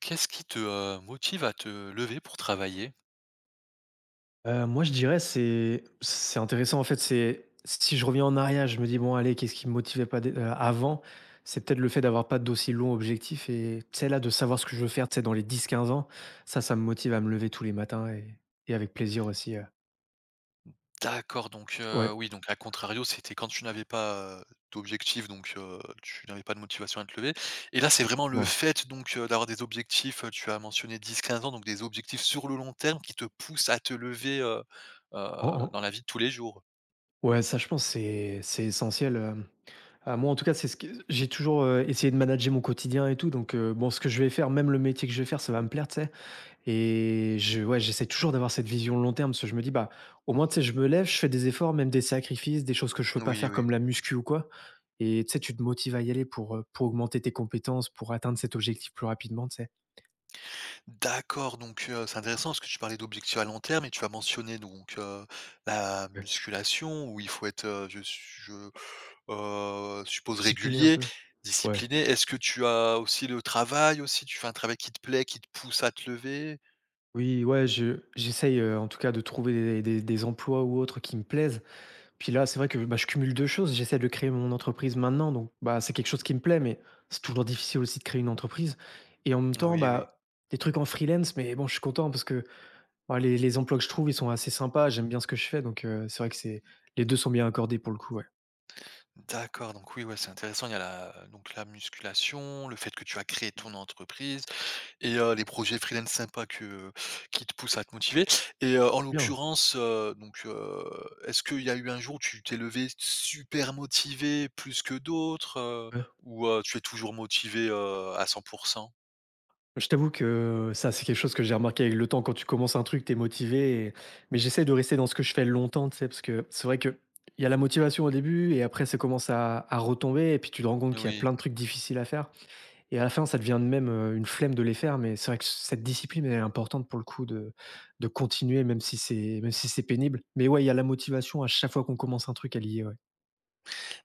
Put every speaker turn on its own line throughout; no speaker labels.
Qu'est-ce qui te, motive à te lever pour travailler?
Moi, je dirais c'est intéressant, en fait, c'est si je reviens en arrière, je me dis: «Bon, allez, qu'est-ce qui me motivait pas dé avant?» C'est peut-être le fait d'avoir pas d'aussi long objectif et tu sais, là, de savoir ce que je veux faire, tu sais, dans les 10, 15 ans, ça, ça me motive à me lever tous les matins et avec plaisir aussi,
D'accord, donc
ouais,
oui, donc à contrario, c'était quand tu n'avais pas, d'objectifs, donc tu n'avais pas de motivation à te lever et là, c'est vraiment le
bon,
fait donc d'avoir des objectifs, tu as mentionné 10, 15 ans, donc des objectifs sur le long terme qui te poussent à te lever, heu,
en en
dans la vie de tous les jours?
ouais, ça, je pense, c'est essentiel, moi, en tout cas, c'est ce que j'ai toujours, essayé de manager mon quotidien et tout, donc bon, ce que je vais faire, même le métier que je vais faire, ça va me plaire, tu sais? Et je ouais, j'essaie toujours d'avoir cette vision long terme parce que je me dis: «Bah, au moins, tu sais, je me lève, je fais des efforts, même des sacrifices, des choses que je peux pas
Oui,
faire
oui.
comme la muscu ou quoi.» Et tu sais, tu te motives à y aller pour augmenter tes compétences, pour atteindre cet objectif plus rapidement, tu sais?
D'accord, donc c'est intéressant parce que tu parlais d'objectifs à long terme et tu as mentionné donc la
Ouais.
musculation où il faut être, je suppose
Discipliner un
régulier,
peu. Ouais.
discipliné. Est-ce que tu as aussi le travail aussi? Tu fais un travail qui te plaît, qui te pousse à te lever?
Oui, ouais, je j'essaye, en tout cas, de trouver des emplois ou autres qui me plaisent. Puis là, c'est vrai que, bah, je cumule 2 choses. J'essaie de créer mon entreprise maintenant, donc bah, c'est quelque chose qui me plaît, mais c'est toujours difficile aussi de créer une entreprise et en même temps,
Oui, oui.
bah, des trucs en freelance, mais bon, je suis content parce que, bah, les emplois que je trouve, ils sont assez sympas, j'aime bien ce que je fais, donc c'est vrai que c'est les 2 sont bien accordés pour le coup, ouais.
D'accord, donc oui, ouais, c'est intéressant. Il y a la donc la musculation, le fait que tu as créé ton entreprise. Et les projets freelance sympas que qui te poussent à te motiver et en
Bien,
l'occurrence, est-ce qu'il y a eu un jour où tu t'es levé super motivé plus que d'autres,
ouais.
ou tu es toujours motivé, à 100%?
Je t'avoue que ça, c'est quelque chose que j'ai remarqué avec le temps. Quand tu commences un truc, t'es motivé, et mais j'essaie de rester dans ce que je fais longtemps, tu sais? Parce que c'est vrai que il y a la motivation au début et après ça commence à retomber et puis tu te rends compte qu'il y a
Oui.
plein de trucs difficiles à faire. Et à la fin, ça devient de même, une flemme de les faire, mais c'est vrai que cette discipline, elle est importante pour le coup de continuer même si c'est pénible. Mais ouais, il y a la motivation à chaque fois qu'on commence un truc, à lier. Ouais.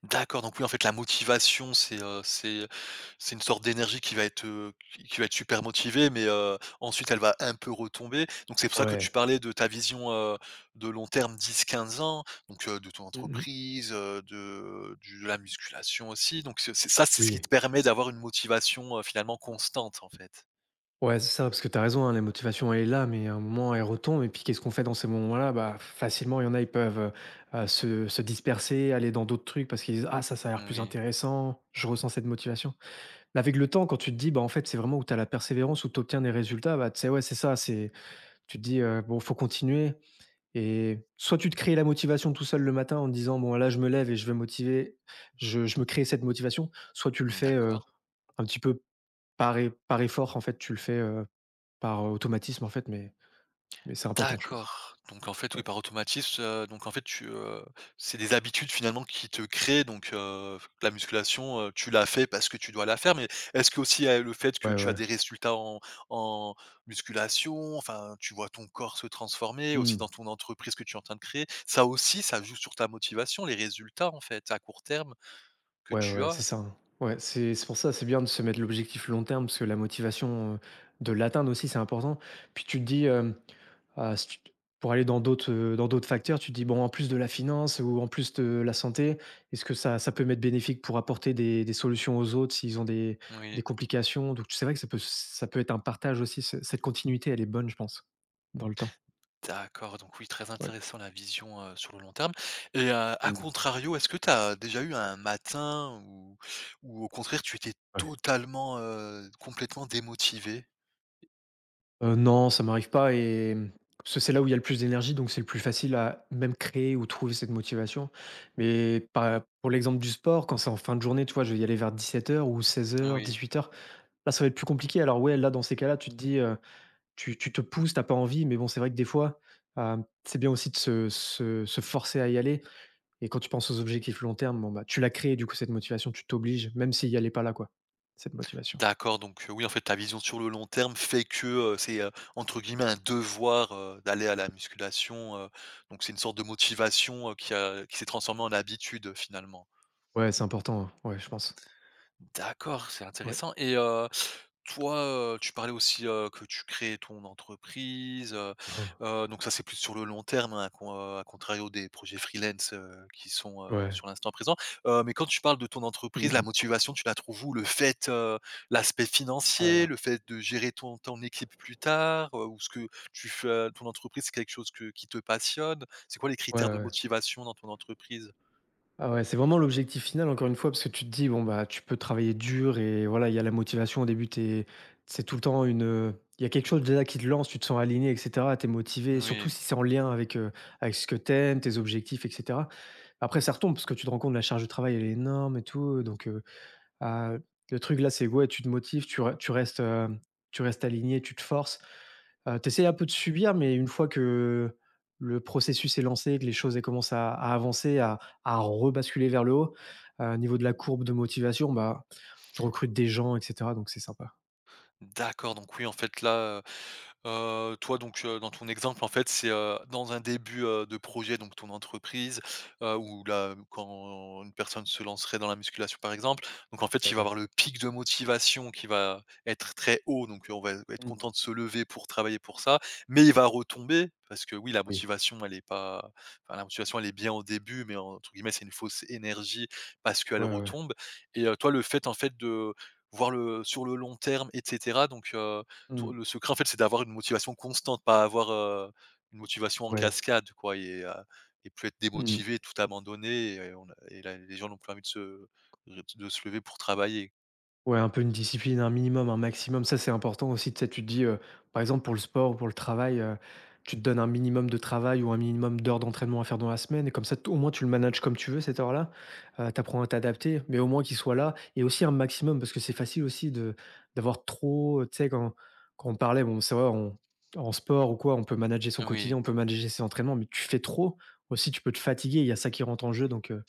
D'accord, donc oui, en fait, la motivation, c'est une sorte d'énergie qui va être, qui va être super motivée, mais, ensuite elle va un peu retomber. Donc c'est pour ça que tu
Ouais.
parlais de ta vision, de long terme 10, 15 ans, donc, de ton
Mmh.
entreprise, de la musculation aussi. Donc ce c'est ça, c'est ce qui te
Oui.
permet d'avoir une motivation, finalement constante, en fait?
Ouais, c'est ça, parce que t'as raison, hein, la motivation elle est là, mais à un moment elle retombe et puis qu'est-ce qu'on fait dans ces moments-là? Bah, facilement, il y en a, ils peuvent, se disperser, aller dans d'autres trucs parce qu'ils disent: «Ah ça, ça a l'air plus
Oui,
intéressant, je ressens cette motivation.» Mais avec le temps, quand tu te dis: «Bah, en fait, c'est vraiment où t'as la persévérance, où t'obtiens des résultats», bah, tu sais, ouais, c'est ça, c'est tu te dis, «Bon, faut continuer» et soit tu te crées la motivation tout seul le matin en te disant: «Bon, là, je me lève et je vais motiver, je me crée cette motivation», soit tu le
mmh,
fais,
d'accord.
un petit peu par effort, en fait, tu le fais, par automatisme, en fait, mais c'est important, je pense.
D'accord. Donc en fait,
Ouais.
oui, par automatisme, donc en fait c'est des habitudes finalement qui te créent donc la musculation, tu la fais parce que tu dois la faire, mais est-ce qu'aussi, le fait que
Ouais,
tu as
ouais.
des résultats en musculation, enfin, tu vois ton corps se transformer, aussi
Mmh.
dans ton entreprise que tu es en train de créer, ça aussi, ça joue sur ta motivation, les résultats en fait, à court terme que
Ouais,
tu
ouais, c'est
as?
ça, hein. Ouais, c'est pour ça, c'est bien de se mettre l'objectif long terme parce que la motivation, de l'atteindre aussi, c'est important. Puis tu te dis, ah, si tu pour aller dans d'autres facteurs, tu te dis: «Bon, en plus de la finance ou en plus de la santé, est-ce que ça peut m'être bénéfique pour apporter des solutions aux autres s'ils ont des
Oui.
complications?» Donc c'est vrai que ça peut être un partage aussi, ce cette continuité, elle est bonne, je pense, dans le temps.
D'accord, donc oui, très
Ouais.
intéressant la vision, sur le long terme et à
Mmh.
contrario, est-ce que tu as déjà eu un matin où au contraire tu étais
Ouais.
totalement, complètement démotivé?
Non, ça m'arrive pas, et mmh, parce que c'est là où il y a le plus d'énergie, donc c'est le plus facile à même créer ou trouver cette motivation. Mais par pour l'exemple du sport, quand c'est en fin de journée, tu vois, je vais y aller vers 17 heures ou 16:00,
Oui.
heures. Là, ça va être plus compliqué. Alors ouais, là, dans ces cas-là, tu te dis, tu te pousses, t'as pas envie, mais bon, c'est vrai que des fois, c'est bien aussi de se forcer à y aller et quand tu penses aux objectifs long terme, bon, bah, tu l'as créé du coup cette motivation, tu t'obliges, même si elle est pas là, quoi, cette motivation.
D'accord, donc oui, en fait, ta vision sur le long terme fait que, heu, c'est, heu, entre guillemets «un devoir», d'aller à la musculation, donc c'est une sorte de motivation, qui s'est transformée en habitude, finalement.
Ouais, c'est important, hein. Ouais, je pense.
D'accord, c'est
Ouais.
intéressant et toi, tu parlais aussi, que tu crées ton entreprise,
Hein.
donc ça, c'est plus sur le long terme, hein, à contrario des projets freelance, qui sont,
Ouais.
sur l'instant présent. Mais quand tu parles de ton
Mmh
entreprise, la
mh.
motivation, tu la trouves où? Le fait, l'aspect
Oh là
financier, le
là.
fait de gérer ton équipe plus tard, ou ce que tu fais, ton entreprise, c'est quelque chose que qui te passionne? C'est quoi les
Ouais,
critères de
ouais.
motivation dans ton entreprise?
Ah ouais, c'est vraiment l'objectif final, encore une fois, parce que tu te dis, bon, bah, tu peux travailler dur et voilà, il y a la motivation au début, t'es- c'est tout le temps une. Il y a quelque chose déjà qui te lance, tu te sens aligné, etc. Tu es motivé,
Oui,
surtout si c'est en lien avec, avec ce que tu aimes, tes objectifs, etc. Après, ça retombe parce que tu te rends compte, la charge de travail, elle est énorme et tout. Donc, ah, le truc là, c'est ouais, tu te motives, tu restes, tu restes aligné, tu te forces. Tu essaies un peu de subir, mais une fois que le processus est lancé, que les choses, elles commencent à avancer, à rebasculer vers le haut, niveau de la courbe de motivation, bah, tu recrutes des gens et cetera, donc c'est sympa.
d'accord, donc oui, en fait, là, toi donc, dans ton exemple en fait c'est, dans un début, de projet donc ton entreprise, ou là quand une personne se lancerait dans la musculation par exemple. Donc en fait
Ouais,
il va
ouais.
avoir le pic de motivation qui va être très haut donc, on va être content
Mmh.
de se lever pour travailler pour ça. Mais il va retomber parce que oui la
Oui.
motivation elle est pas enfin la motivation elle est bien au début mais entre guillemets c'est une fausse énergie parce qu'elle
Ouais, ouais, ouais.
retombe et toi le fait en fait de voir le sur le long terme et cetera donc, toi
Mmh.
le secret, en fait, c'est d'avoir une motivation constante, pas avoir, une motivation en
Ouais.
cascade, quoi et plus être
Mmh.
démotivé, tout abandonner et on a et là, les gens n'ont plus envie de se lever pour travailler.
Ouais, un peu une discipline, un minimum, un maximum. Ça, c'est important aussi. Tu sais, tu te dis, par exemple, pour le sport ou pour le travail, tu te donnes un minimum de travail ou un minimum d'heures d'entraînement à faire dans la semaine. Et comme ça, au moins, tu le manages comme tu veux, cette heure-là. Tu apprends à t'adapter, mais au moins qu'il soit là. Et aussi un maximum, parce que c'est facile aussi de d'avoir trop. Tu sais, quand, on parlait, bon, c'est vrai, en sport ou quoi, on peut manager son quotidien,
Oui,
on peut manager ses entraînements, mais tu fais trop. Aussi, tu peux te fatiguer. Il y a ça qui rentre en jeu. Donc,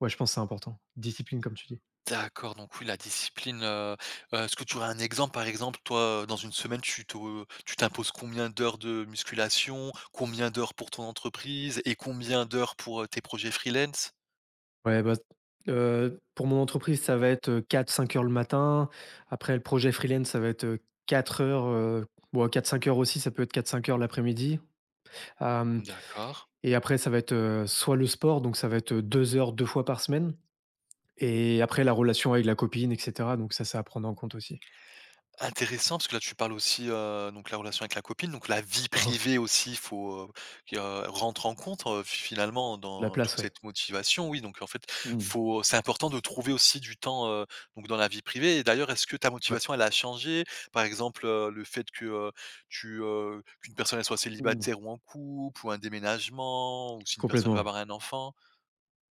ouais, je pense que c'est important. Discipline, comme tu dis.
d'accord, donc oui, la discipline, est-ce que tu aurais un exemple, par exemple, toi, dans une semaine, tu t'imposes combien d'heures de musculation? Combien d'heures pour ton entreprise et combien d'heures pour, tes projets freelance?
Ouais, bah, pour mon entreprise, ça va être 4-5 heures le matin. Après le projet freelance, ça va être, 4 heures, bon, 4-5 heures aussi, ça peut être 4-5 heures l'après-midi. Hem.
D'accord.
Et après ça va être, soit le sport, donc ça va être, 2 heures 2 fois par semaine et après la relation avec la copine et cetera, donc ça, c'est à prendre en compte aussi.
Intéressant parce que là tu parles aussi, donc la relation avec la copine, donc la vie
Mmh.
privée aussi il faut, qui, rentre en compte, finalement
La
dans toute
place, ouais.
cette motivation. Oui, donc en fait,
Mmh.
faut c'est important de trouver aussi du temps, donc dans la vie privée et d'ailleurs est-ce que ta
Ouais.
motivation elle a changé? Par exemple, le fait que, qu'une personne elle soit
Mmh.
célibataire ou en couple ou un déménagement ou si une personne va
Complètement.
avoir un enfant?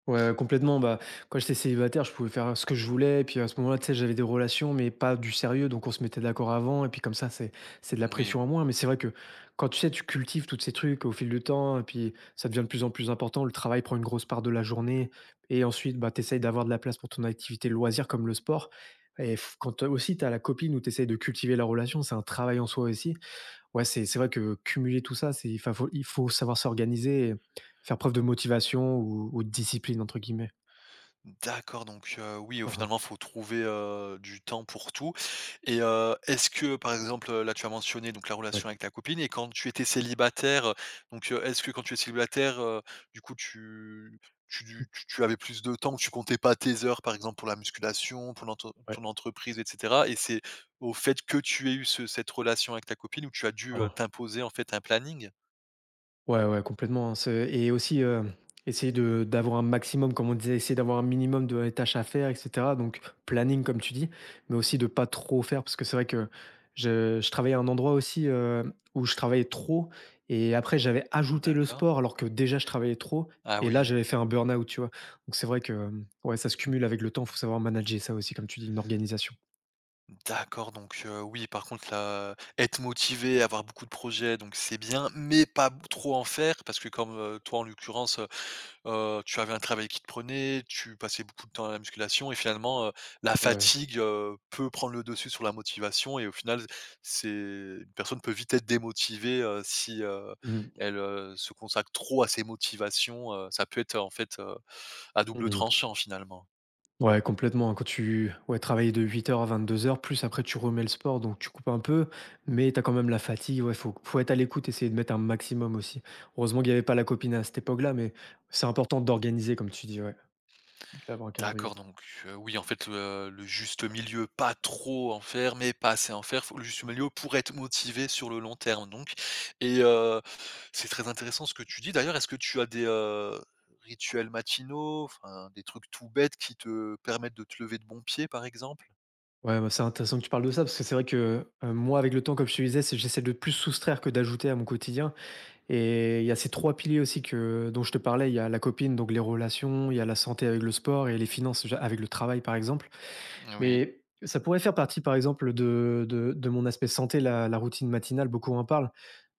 Ouais, complètement. Bah, quand j'étais célibataire, je pouvais faire ce que je voulais. Et puis à ce moment-là, tu sais, j'avais des relations, mais pas du sérieux. Donc on se mettait d'accord avant. Et puis comme ça, c'est de la
Oui.
pression en moins. Mais c'est vrai que quand tu sais, tu cultives tous ces trucs au fil du temps. Et puis ça devient de plus en plus important. Le travail prend une grosse part de la journée. Et ensuite, bah, tu essayes d'avoir de la place pour ton activité loisir comme le sport. Et quand aussi, tu as la copine où tu essayes de cultiver la relation, c'est un travail en soi aussi. Ouais, c'est vrai que cumuler tout ça, c'est enfin, faut il faut savoir s'organiser et faire preuve de motivation ou de «discipline» entre guillemets.
D'accord, donc oui, au
Mmh.
finalement, faut trouver, du temps pour tout et est-ce que, par exemple, là, tu as mentionné donc la
Ouais.
relation avec ta copine et quand tu étais célibataire, donc est-ce que quand tu es célibataire, du coup, tu
Mmh.
tu avais plus de temps, tu comptais pas tes heures, par exemple, pour la musculation, pour l'entre
Ouais.
ton entreprise et cetera et c'est au fait que tu aies eu ce cette relation avec ta copine où tu as dû,
Mmh.
t'imposer, en fait, un planning?
Ouais, ouais, complètement, hein, c'est et aussi, essayer de d'avoir un maximum, comme on disait, essayer d'avoir un minimum de tâches à faire et cetera, donc planning comme tu dis, mais aussi de pas trop faire parce que c'est vrai que je travaillais à un endroit aussi, où je travaillais trop et après j'avais ajouté le
D'accord.
sport alors que déjà je travaillais trop
Ah
et là
oui.
j'avais fait un burn-out, tu vois? Donc c'est vrai que, ouais, ça se cumule avec le temps, faut savoir manager ça aussi comme tu dis, une organisation.
D'accord, donc oui, par contre là, être motivé, avoir beaucoup de projets, donc c'est bien, mais pas b trop en faire parce que comme, toi en l'occurrence, tu avais un travail qui te prenait, tu passais beaucoup de temps à la musculation et finalement, la
Ouais.
fatigue, peut prendre le dessus sur la motivation et au final, c'est une personne peut vite être démotivée, si,
Mmh.
elle, se consacre trop à ses motivations, ça peut être en fait, à double
Mmh.
tranchant finalement.
Ouais, complètement. Quand tu ouais, travailles de 8 heures à 22 heures plus après tu remets le sport, donc tu coupes un peu, mais tu as quand même la fatigue. Ouais, faut être à l'écoute, essayer de mettre un maximum aussi. Heureusement qu'il y avait pas la copine à cette époque-là, mais c'est important d'organiser, comme tu dis, ouais, d'avoir un
D'accord,
calendrier.
donc oui, en fait, le juste milieu, pas trop en faire, mais pas assez en faire. Faut le juste milieu pour être motivé sur le long terme, donc et c'est très intéressant ce que tu dis. D'ailleurs, est-ce que tu as des, rituels matinaux, enfin, des trucs tout bêtes qui te permettent de te lever de bon pied, par exemple?
Ouais, bah, c'est intéressant que tu parles de ça, parce que c'est vrai que moi, avec le temps, comme je te disais, j'essaie de plus soustraire que d'ajouter à mon quotidien. Et il y a ces trois piliers aussi que, dont je te parlais. Il y a la copine, donc les relations, il y a la santé avec le sport et les finances avec le travail, par exemple.
Oui,
Mais ça pourrait faire partie, par exemple, de mon aspect santé, la routine matinale, beaucoup en parlent.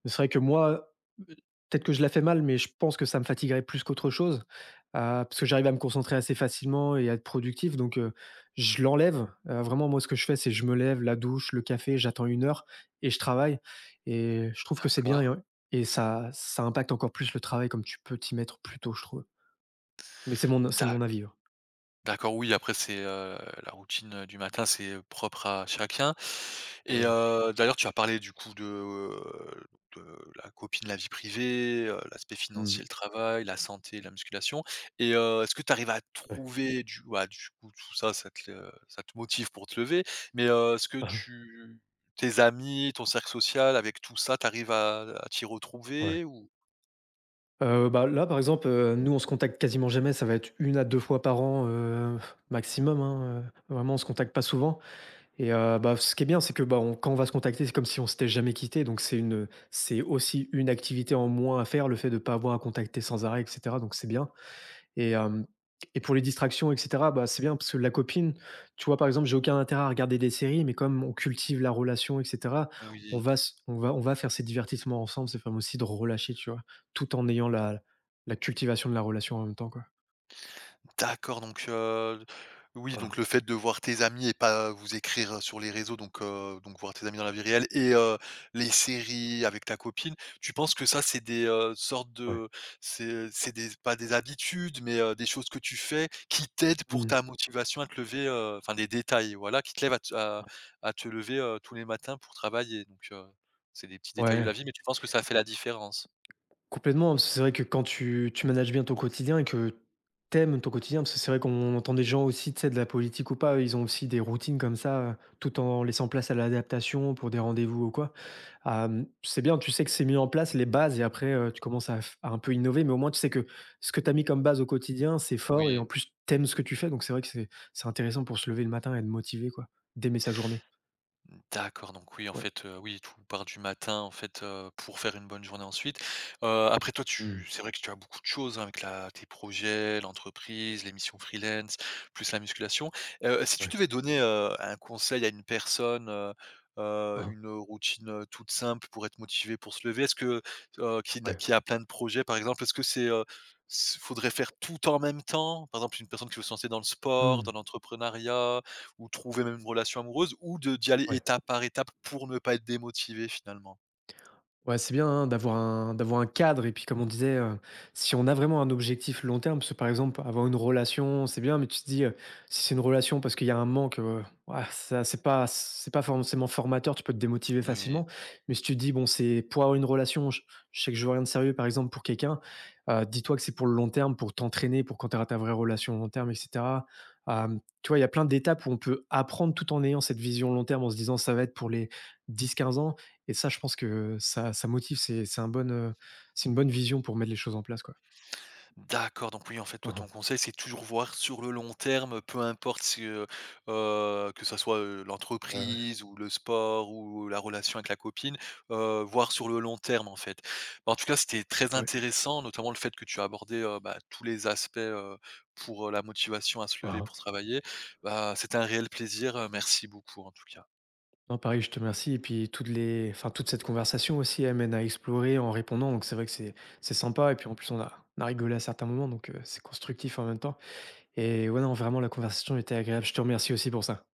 Mais c'est vrai que moi, heu, peut-être que je la fais mal, mais je pense que ça me fatiguerait plus qu'autre chose, parce que j'arrive à me concentrer assez facilement et à être productif, donc je l'enlève. Vraiment, moi, ce que je fais, c'est je me lève, la douche, le café, j'attends 1 heure et je travaille, et je trouve que c'est bien.
d'accord.
Et ouais, et ça ça impacte encore plus le travail, comme tu peux t'y mettre plus tôt, je trouve. Mais c'est mon avis, hein.
D'accord, oui, après c'est, la routine, du matin, c'est propre à chacun
Ouais,
et
ouais.
d'ailleurs tu as parlé du coup de la copine, la vie privée, l'aspect financier,
Mmh.
le travail, la santé, la musculation et est-ce que tu arrives à
Ouais.
trouver du bah, du coup tout ça, ça te le ça te motive pour te lever mais est-ce que tu tes amis, ton cercle social avec tout ça, tu arrives à t'y
Ouais.
retrouver ou?
Bah, là, par exemple, nous, on se contacte quasiment jamais. Ça va être 1 à 2 fois par an, maximum, hein, vraiment, on se contacte pas souvent. Et bah, ce qui est bien, c'est que, bah, on quand on va se contacter, c'est comme si on s'était jamais quitté. Donc c'est une, c'est aussi une activité en moins à faire, le fait de ne pas avoir à contacter sans arrêt et cetera, donc c'est bien. Et hem et pour les distractions et cetera, bah, c'est bien parce que la copine, tu vois, par exemple, j'ai aucun intérêt à regarder des séries, mais comme on cultive la relation et cetera, on
Oui.
va s on va faire ces divertissements ensemble, c'est permet aussi de relâcher, tu vois? Tout en ayant la cultivation de la relation en même temps, quoi.
D'accord, donc oui, donc
Ah,
le fait de voir tes amis et pas vous écrire sur les réseaux, donc voir tes amis dans la vie réelle et les séries avec ta copine, tu penses que ça, c'est des, sortes
ouais.
de c'est des pas des habitudes, mais des choses que tu fais qui t'aident pour
Mmh.
ta motivation à te lever, enfin des détails, voilà, qui te lèvent à te lever, tous les matins pour travailler, donc c'est des petits détails de la
Ouais,
vie, mais tu penses que ça fait la différence?
complètement, parce que c'est vrai que quand tu manages bien ton quotidien et que t'aimes ton quotidien, parce que c'est vrai qu'on entend des gens aussi, tu sais, de la politique ou pas, ils ont aussi des routines comme ça, tout en laissant place à l'adaptation pour des rendez-vous ou quoi. C'est bien, tu sais que c'est mis en place les bases, et après, tu commences à un peu innover, mais au moins tu sais que ce que tu as mis comme base au quotidien, c'est fort, et
Oui.
en plus t'aimes ce que tu fais, donc c'est vrai que c'est intéressant pour se lever le matin et être motivé, quoi, d'aimer sa journée.
D'accord, donc oui, en
Ouais.
fait, oui, tout part du matin, en fait, pour faire une bonne journée ensuite. Après toi,
Mmh,
tu c'est vrai que tu as beaucoup de choses, hein, avec la tes projets, l'entreprise, les missions freelance, plus la musculation. Si tu
ouais.
devais donner, un conseil à une personne,
Hein,
une routine, toute simple pour être motivée pour se lever, est-ce que, qui n'a
ouais.
qui a plein de projets, par exemple, est-ce que c'est, s faudrait faire tout en même temps? Par exemple, une personne qui veut se lancer dans le sport,
Mmh,
dans l'entrepreneuriat ou trouver même une relation amoureuse ou de d'y aller
ouais.
étape par étape pour ne pas être démotivé finalement?
Ouais, c'est bien, hein, d'avoir un cadre, et puis comme on disait, si on a vraiment un objectif long terme, parce que par exemple, avoir une relation, c'est bien, mais tu te dis, si c'est une relation parce qu'il y a un manque, ouah, ça c'est pas forcément formateur, tu peux te démotiver
Oui.
facilement. Mais si tu te dis: «Bon, c'est pour avoir une relation, je sais que je veux rien de sérieux, par exemple, pour quelqu'un», dis-toi que c'est pour le long terme, pour t'entraîner, pour quand tu auras ta vraie relation long terme et cetera. Tu vois, il y a plein d'étapes où on peut apprendre tout en ayant cette vision long terme, en se disant: «Ça va être pour les 10 15 ans». Et ça, je pense que ça motive, c'est un bon, c'est une bonne vision pour mettre les choses en place, quoi.
D'accord, donc oui, en fait, toi,
Mmh
ton
mh.
conseil, c'est toujours voir sur le long terme, peu importe si, que ça soit,
Ouais, ouais.
l'entreprise ou le sport ou la relation avec la copine, voir sur le long terme, en fait. Bah, en tout cas, c'était très
Ah oui.
intéressant, notamment le fait que tu as abordé, tous les aspects, pour, la motivation à se
Hein,
lever
hein.
pour travailler. Bah, c'était un réel plaisir, merci beaucoup en tout cas.
Non, pareil, je te remercie, et puis toutes les, enfin, toute cette conversation aussi amène à explorer en répondant, donc c'est vrai que c'est sympa, et puis en plus, on a rigolé à certains moments, donc c'est constructif en même temps, et ouais, non, vraiment la conversation était agréable. Je te remercie aussi pour ça.